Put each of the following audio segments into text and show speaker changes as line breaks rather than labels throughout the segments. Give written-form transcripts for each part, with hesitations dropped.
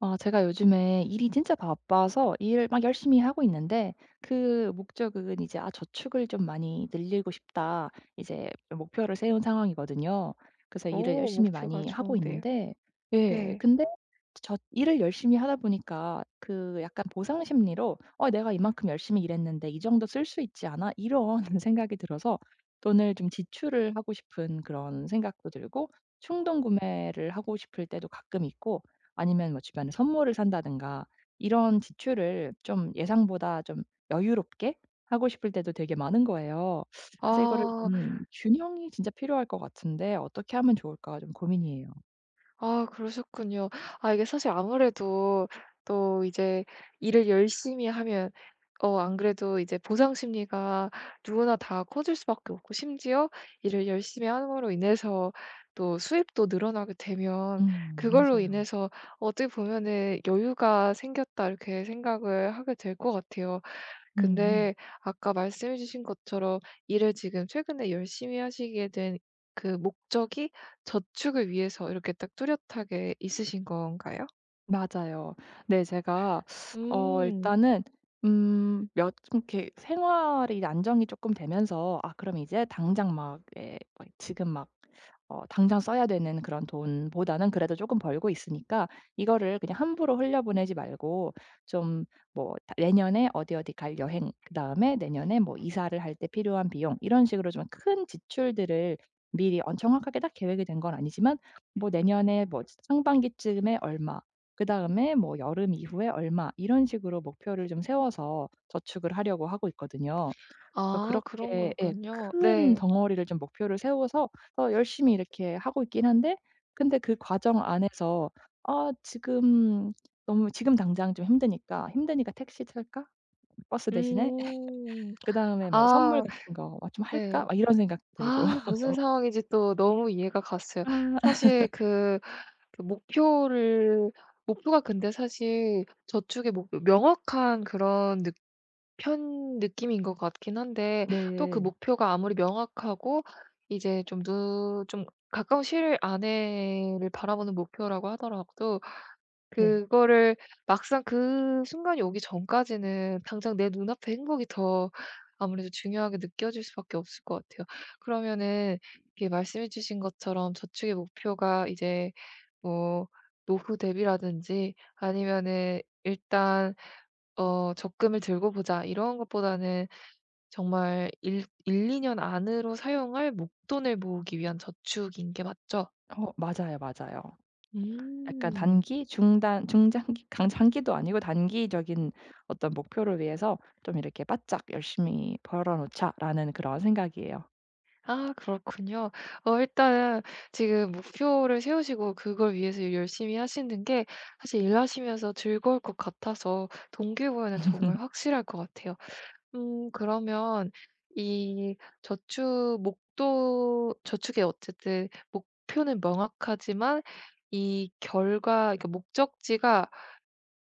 아 제가 요즘에 일이 진짜 바빠서 일을 막 열심히 하고 있는데, 그 목적은 이제 '아 저축을 좀 많이 늘리고 싶다.' 이제 목표를 세운 상황이거든요. 그래서 일을
오
열심히
목표가
많이 하고
좋은데요.
있는데, 예,
네.
근데 저 일을 열심히 하다 보니까 그 약간 보상 심리로 '어 내가 이만큼 열심히 일했는데 이 정도 쓸 수 있지 않아?' 이런 생각이 들어서 돈을 좀 지출을 하고 싶은 그런 생각도 들고, 충동 구매를 하고 싶을 때도 가끔 있고, 아니면 뭐 주변에 선물을 산다든가 이런 지출을 좀 예상보다 좀 여유롭게 하고 싶을 때도 되게 많은 거예요. 그래서 이거를
아.
좀 균형이 진짜 필요할 것 같은데 어떻게 하면 좋을까 좀 고민이에요.
아 그러셨군요. 아 이게 사실 아무래도 또 이제 일을 열심히 하면 안 그래도 이제 보상 심리가 누구나 다 커질 수밖에 없고 심지어 일을 열심히 함으로 인해서 또 수입도 늘어나게 되면 그걸로
맞아요.
인해서 어떻게 보면은 '여유가 생겼다.' 이렇게 생각을 하게 될 것 같아요.
음
근데 아까 말씀해 주신 것처럼 일을 지금 최근에 열심히 하시게 된 그 목적이 저축을 위해서 이렇게 딱 뚜렷하게 있으신 건가요?
맞아요. 네, 제가
음.
일단은 몇 좀 이렇게 생활이 안정이 조금 되면서 '아 그럼 이제 당장 막 예 막 지금 막 어 당장 써야 되는 그런 돈보다는 그래도 조금 벌고 있으니까 이거를 그냥 함부로 흘려보내지 말고 좀 뭐 다 내년에 어디 어디 갈 여행, 그다음에 내년에 뭐 이사를 할 때 필요한 비용' 이런 식으로 좀 큰 지출들을 미리 정확하게 딱 계획이 된 건 아니지만 뭐 내년에 뭐 상반기쯤에 얼마, 그다음에 뭐 여름 이후에 얼마 이런 식으로 목표를 좀 세워서 저축을 하려고 하고 있거든요. 그래서
아 그런
그렇게, 예,
거군요.
큰
네.
덩어리를 좀 목표를 세워서 열심히 이렇게 하고 있긴 한데, 근데 그 과정 안에서 '아 지금 너무 지금 당장 좀 힘드니까 택시 탈까? 버스 대신에
음.
그다음에 뭐 선물
아
같은 거 좀 할까?'
네.
막 이런 생각 들고.
아 무슨 상황인지 또 너무 이해가 갔어요.
아
사실 그 그 목표를 목표가 근데 사실 저축의 목 명확한 그런 편 느낌인 것 같긴 한데 또 그
네.
목표가 아무리 명확하고 이제 좀 누 좀 가까운 시일 안에를 바라보는 목표라고 하더라도
네.
그거를 막상 그 순간이 오기 전까지는 당장 내 눈앞의 행복이 더 아무래도 중요하게 느껴질 수밖에 없을 것 같아요. 그러면은 이렇게 말씀해 주신 것처럼 저축의 목표가 이제 뭐 노후 대비라든지 아니면은 일단 '적금을 들고 보자.' 이런 것보다는 정말 일 1-2년 안으로 사용할 목돈을 모으기 위한 저축인 게 맞죠?
맞아요, 맞아요. 약간
음.
단기, 중단 중장기 강 장기도 아니고 단기적인 어떤 목표를 위해서 좀 이렇게 '바짝 열심히 벌어 놓자.'라는 그런 생각이에요.
아 그렇군요. 일단은 지금 목표를 세우시고 그걸 위해서 열심히 하시는 게 사실 일하시면서 즐거울 것 같아서 동기부여는 정말 확실할 것 같아요. 그러면 이 저축 목돈 저축의 어쨌든 목표는 명확하지만 이 결과 그러니까 목적지가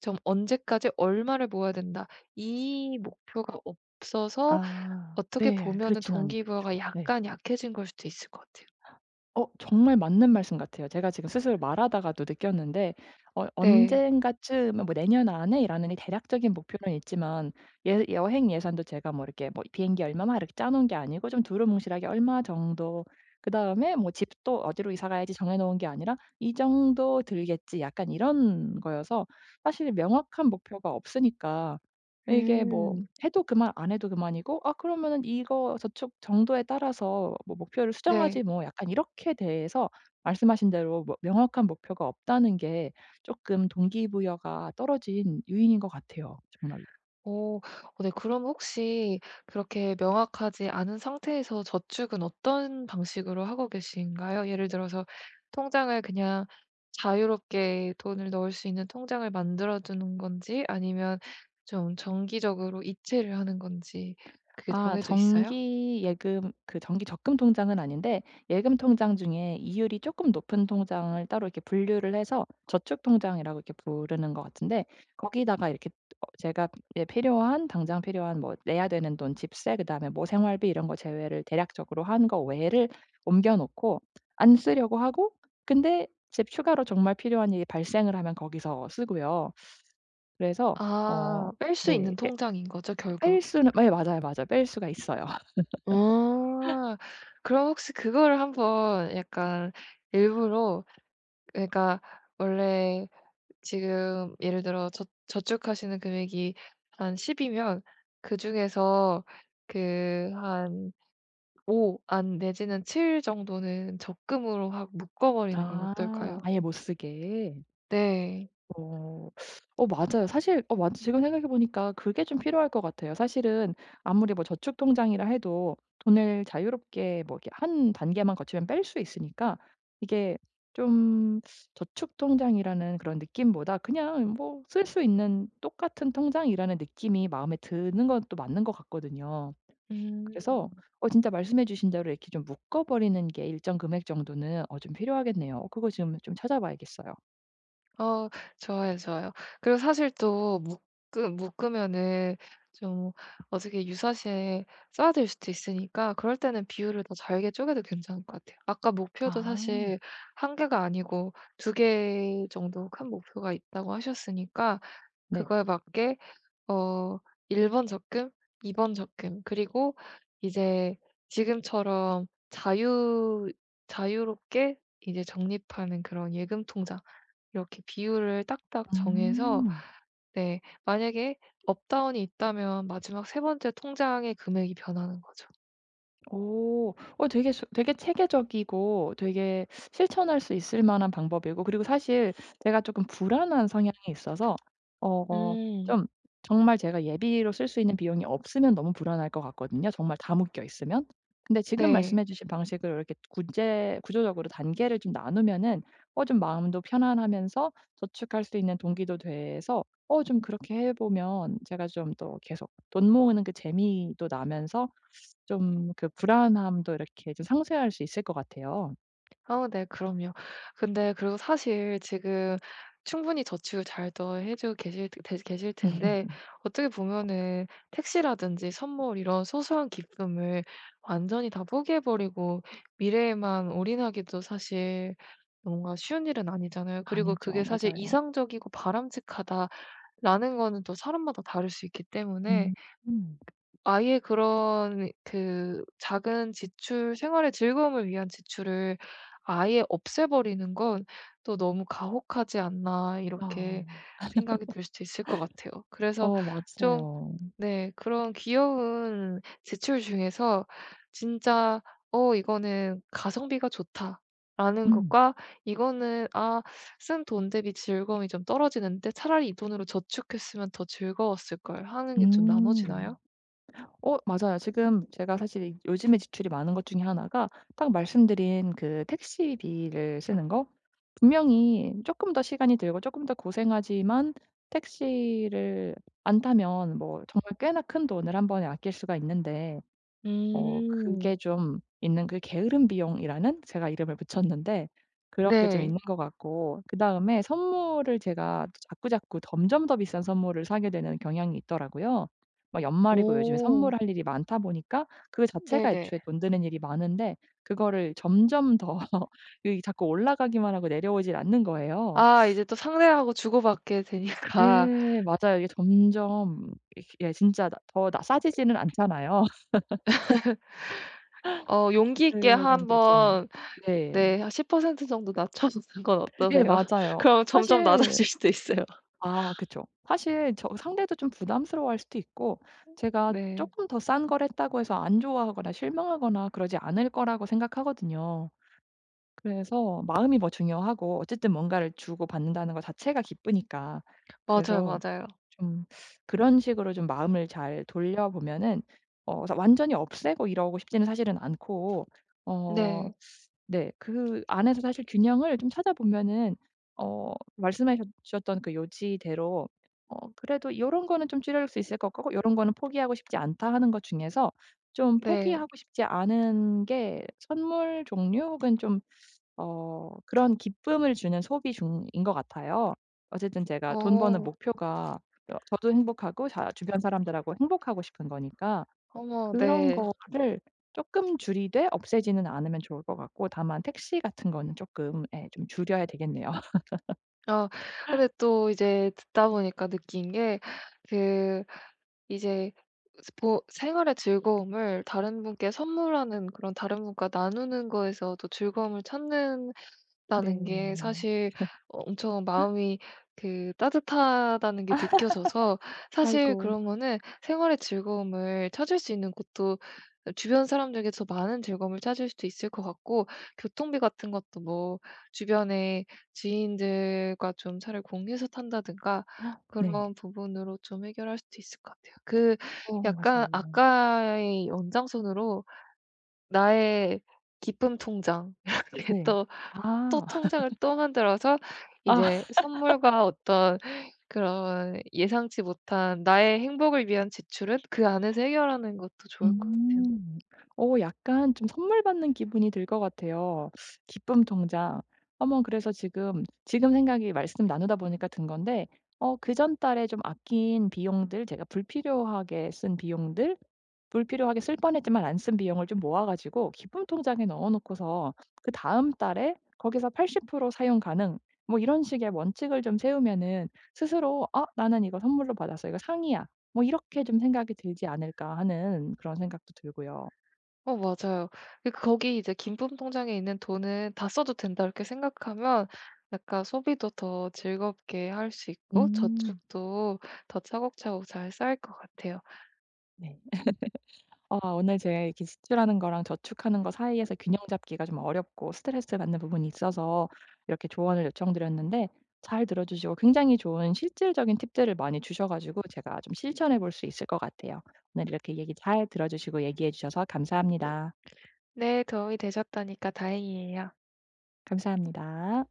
좀 '언제까지 얼마를 모아야 된다.' 이 목표가 없어서
아
어떻게
네.
보면은
그렇진 않죠.
동기부여가
네.
약간 약해진 걸 수도 있을 것 같아요.
정말 맞는 말씀 같아요. 제가 지금 스스로 말하다가도 느꼈는데
네.
언젠가쯤 뭐 '내년 안에.'라는 이 대략적인 목표는 있지만, 예, 여행 예산도 제가 뭐 이렇게 뭐 비행기 얼마만 이렇게 짜 놓은 게 아니고 좀 두루뭉실하게 얼마 정도, 그다음에 뭐 집도 '어디로 이사 가야지.' 정해 놓은 게 아니라 '이 정도 들겠지.' 약간 이런 거여서 사실 명확한 목표가 없으니까 이게 뭐
음.
해도 그만, 안 해도 그만이고 '아 그러면은 이거 저축 정도에 따라서 뭐 목표를
네.
수정하지 뭐.' 약간 이렇게 대해서 말씀하신 대로 뭐 명확한 목표가 없다는 게 쪼끔 동기부여가 떨어진 요인인 것 같아요, 정말로.
오. 네 그럼 혹시 그렇게 명확하지 않은 상태에서 저축은 어떤 방식으로 하고 계신가요? 예를 들어서 통장을 그냥 자유롭게 돈을 넣을 수 있는 통장을 만들어 두는 건지 아니면 좀 정기적으로 이체를 하는 건지 그게
아,
정해져 있어요?
정기 예금, 그 정기 적금 통장은 아닌데 예금 통장 중에 이율이 조금 높은 통장을 따로 이렇게 분류를 해서 저축 통장이라고 이렇게 부르는 것 같은데, 거기다가 이렇게 제가 이제 필요한 당장 필요한 뭐 내야 되는 돈, 집세, 그다음에 뭐 생활비 이런 거 제외를 대략적으로 한 거 외를 옮겨 놓고 안 쓰려고 하고, 근데 제 추가로 정말 필요한 일이 발생을 하면 거기서 쓰고요. 그래서 어
아 뺄 수
네.
있는
예,
통장인 거죠
뺄
결국?
수는, 네, 맞아요, 맞아요. 뺄 수가 있어요.
아 그럼 혹시 그거를 한번 약간 일부러 그러니까 원래 지금 예를 들어 저 저축하시는 금액이 한 10 이면 그중에서 그 한 5 안 내지는 7 정도는 적금으로 확 묶어 버리는 건
아,
어떨까요?
아예 못 쓰게.
네.
어. 어 맞아요. 사실 맞아, 지금 생각해 보니까 그게 좀 필요할 것 같아요. 사실은 아무리 뭐 저축 통장이라 해도 돈을 자유롭게 뭐 이렇게 한 단계만 거치면 뺄 수 있으니까 이게 좀 저축 통장이라는 그런 느낌보다 그냥 뭐 쓸 수 있는 똑같은 통장이라는 느낌이 마음에 드는 것도 맞는 것 같거든요. 그래서
음.
진짜 말씀해 주신 대로 이렇게 좀 묶어 버리는 게 일정 금액 정도는 좀 필요하겠네요. 그거 지금 좀 찾아봐야겠어요.
어 좋아요, 좋아요. 그리고 사실 또 묶으면은 좀 어떻게 유사시에 써야될 수도 있으니까 그럴 때는 비율을 더 잘게 쪼개도 괜찮을 것 같아요. 아까 목표도
아
사실 한 개가 아니고 두 개 정도 큰 목표가 있다고 하셨으니까
네.
그거에 맞게 어 1번 번 적금, 2번 적금 그리고 이제 지금처럼 자유롭게 이제 적립하는 그런 예금 통장 이렇게 비율을 딱딱 정해서
음.
네 만약에 업다운이 있다면 마지막 세 번째 통장의 금액이 변하는 거죠.
오. 되게 체계적이고 되게 실천할 수 있을 만한 방법이고, 그리고 사실 제가 조금 불안한 성향이 있어서 어 어,
음.
좀 정말 제가 예비로 쓸 수 있는 비용이 없으면 너무 불안할 것 같거든요, 정말 다 묶여 있으면. 근데 지금
네.
말씀해 주신 방식으로 이렇게 구제 구조적으로 단계를 좀 나누면은 좀 마음도 편안하면서 저축할 수 있는 동기도 돼서 좀 그렇게 해 보면 제가 좀 더 계속 돈 모으는 그 재미도 나면서 좀 그 불안함도 이렇게 좀 상쇄할 수 있을 것 같아요.
네 그럼요. 근데 그리고 사실 지금 충분히 저축을 잘 더 해 주고 계실 텐데 어떻게 보면은 택시라든지 선물 이런 소소한 기쁨을 완전히 다 포기해 버리고 미래에만 올인하기도 사실 뭔가 쉬운 일은 아니잖아요. 그리고
아니죠.
그게 사실
맞아요.
'이상적이고 바람직하다.' 라는 거는 또 사람마다 다를 수 있기 때문에
음. 음.
아예 그런 그 작은 지출 생활의 즐거움을 위한 지출을 아예 없애버리는 건 또 '너무 가혹하지 않나.' 이렇게
아.
생각이 들 수도 있을 것 같아요. 그래서
어
좀
맞아요.
네. 그런 귀여운 제출 중에서 진짜 '어 이거는 가성비가 좋다.'라는
음.
것과 이거는 '아 쓴 돈 대비 즐거움이 좀 떨어지는데 차라리 이 돈으로 저축했으면 더 즐거웠을 걸.' 하는 게 좀
음.
나눠지나요?
어 맞아요. 지금 제가 사실 이 요즘에 지출이 많은 것 중에 하나가 딱 말씀드린 그 택시비를 쓰는 거. 분명히 조금 더 시간이 들고 조금 더 고생하지만 택시를 안 타면 뭐 정말 꽤나 큰 돈을 한 번에 아낄 수가 있는데
음.
그게 좀 있는 그 게으름 비용이라는 제가 이름을 붙였는데 그런 게 좀
네.
있는 것 같고, 그다음에 선물을 제가 자꾸자꾸 점점 더 비싼 선물을 사게 되는 경향이 있더라고요. 막 연말이고 요즘에
오.
선물할 일이 많다 보니까 그 자체가
네네.
애초에 돈 드는 일이 많은데 그거를 점점 더 이 자꾸 올라가기만 하고 내려오질 않는 거예요.
아 이제 또 상대하고 주고받게 되니까
예 맞아요. 이게 점점 이 예 진짜 나 더 나 싸지지는 않잖아요.
용기 있게
그런 게 좀.
한번
네.
네 한 10% 정도 낮춰주는 건
예
어떠세요?
맞아요.
그럼 점점
사실
낮아질 수도 있어요.
아 그쵸. 사실 저 상대도 좀 부담스러워할 수도 있고 제가
네.
쪼끔 더 싼 걸 했다고 해서 안 좋아하거나 실망하거나 그러지 않을 거라고 생각하거든요. 그래서 마음이 뭐 중요하고 어쨌든 뭔가를 주고 받는다는 거 자체가 기쁘니까.
맞아요,
그래서
맞아요.
좀 그런 식으로 좀 마음을 잘 돌려보면은 그래서 완전히 없애고 이러고 싶지는 사실은 않고 어
네.
네. 그 안에서 사실 균형을 좀 찾아보면은 말씀해 셨 주셨던 그 요지대로 그래도 '요런 거는 좀 줄여줄 수 있을 것 같고 요런 거는 포기하고 싶지 않다.' 하는 것 중에서 좀
네.
포기하고 싶지 않은 게 선물 종류 혹은 좀 그런 기쁨을 주는 소비 중인 것 같아요. 어쨌든 제가 돈 버는
어.
목표가 여 저도 행복하고 자 주변 사람들하고 행복하고 싶은 거니까
어머
그런
네.
거를 쪼끔 줄이되 없애지는 않으면 좋을 것 같고 다만 택시 같은 거는 쪼끔 예 좀 줄여야 되겠네요.
아 근데 또 이제 듣다 보니까 느낀 게 그 이제 보 생활의 즐거움을 다른 분께 선물하는 그런 다른 분과 나누는 거에서 또 즐거움을 찾는 라는 게
네.
사실 엄청 마음이 그 따뜻하다는 게 느껴져서
아이고.
사실 그러면은 생활의 즐거움을 찾을 수 있는 곳도 주변 사람들에게 더 많은 즐거움을 찾을 수도 있을 것 같고 교통비 같은 것도 뭐 주변에 지인들과 좀 차를 공유해서 탄다든가
네.
그런 부분으로 좀 해결할 수도 있을 것 같아요. 그
어
약간
맞아요.
아까의 연장선으로 나의 기쁨 통장 이렇게
네.
또
아.
통장을 또 만들어서
아.
이제 선물과 어떤 그런 예상치 못한 나의 행복을 위한 지출은 그 안에서 해결하는 것도 좋을 것
음. 약간 좀 선물 받는 기분이 들 것 같아요. 기쁨 통장. 어머, 그래서 지금 생각이 말씀 나누다 보니까 든 건데 그전 달에 좀 아낀 비용들, 제가 불필요하게 쓴 비용들, 불필요하게 쓸 뻔했지만 안 쓴 비용을 좀 모아 가지고 기금 통장에 넣어 놓고서 그다음 달에 거기서 80% 사용 가능, 뭐 이런 식의 원칙을 좀 세우면은 스스로 '아 나는 이거 선물로 받았어. 이거 상이야.' 뭐 이렇게 좀 생각이 들지 않을까 하는 그런 생각도 들고요.
어 맞아요. 그 거기 이제 '긴품 통장에 있는 돈은 다 써도 된다.' 이렇게 생각하면 약간 소비도 더 즐겁게 할 수 있고
음.
저축도 더 차곡차곡 잘 쌓일 것 같아요.
네. 오늘 제 이렇게 지출하는 거랑 저축하는 거 사이에서 균형 잡기가 좀 어렵고 스트레스 받는 부분이 있어서 이렇게 조언을 요청드렸는데 잘 들어주시고 굉장히 좋은 실질적인 팁들을 많이 주셔 가지고 제가 좀 실천해 볼 수 있을 것 같아요. 오늘 이렇게 얘기 잘 들어주시고 얘기해 주셔서 감사합니다.
네 도움이 되셨다니까 다행이에요.
감사합니다.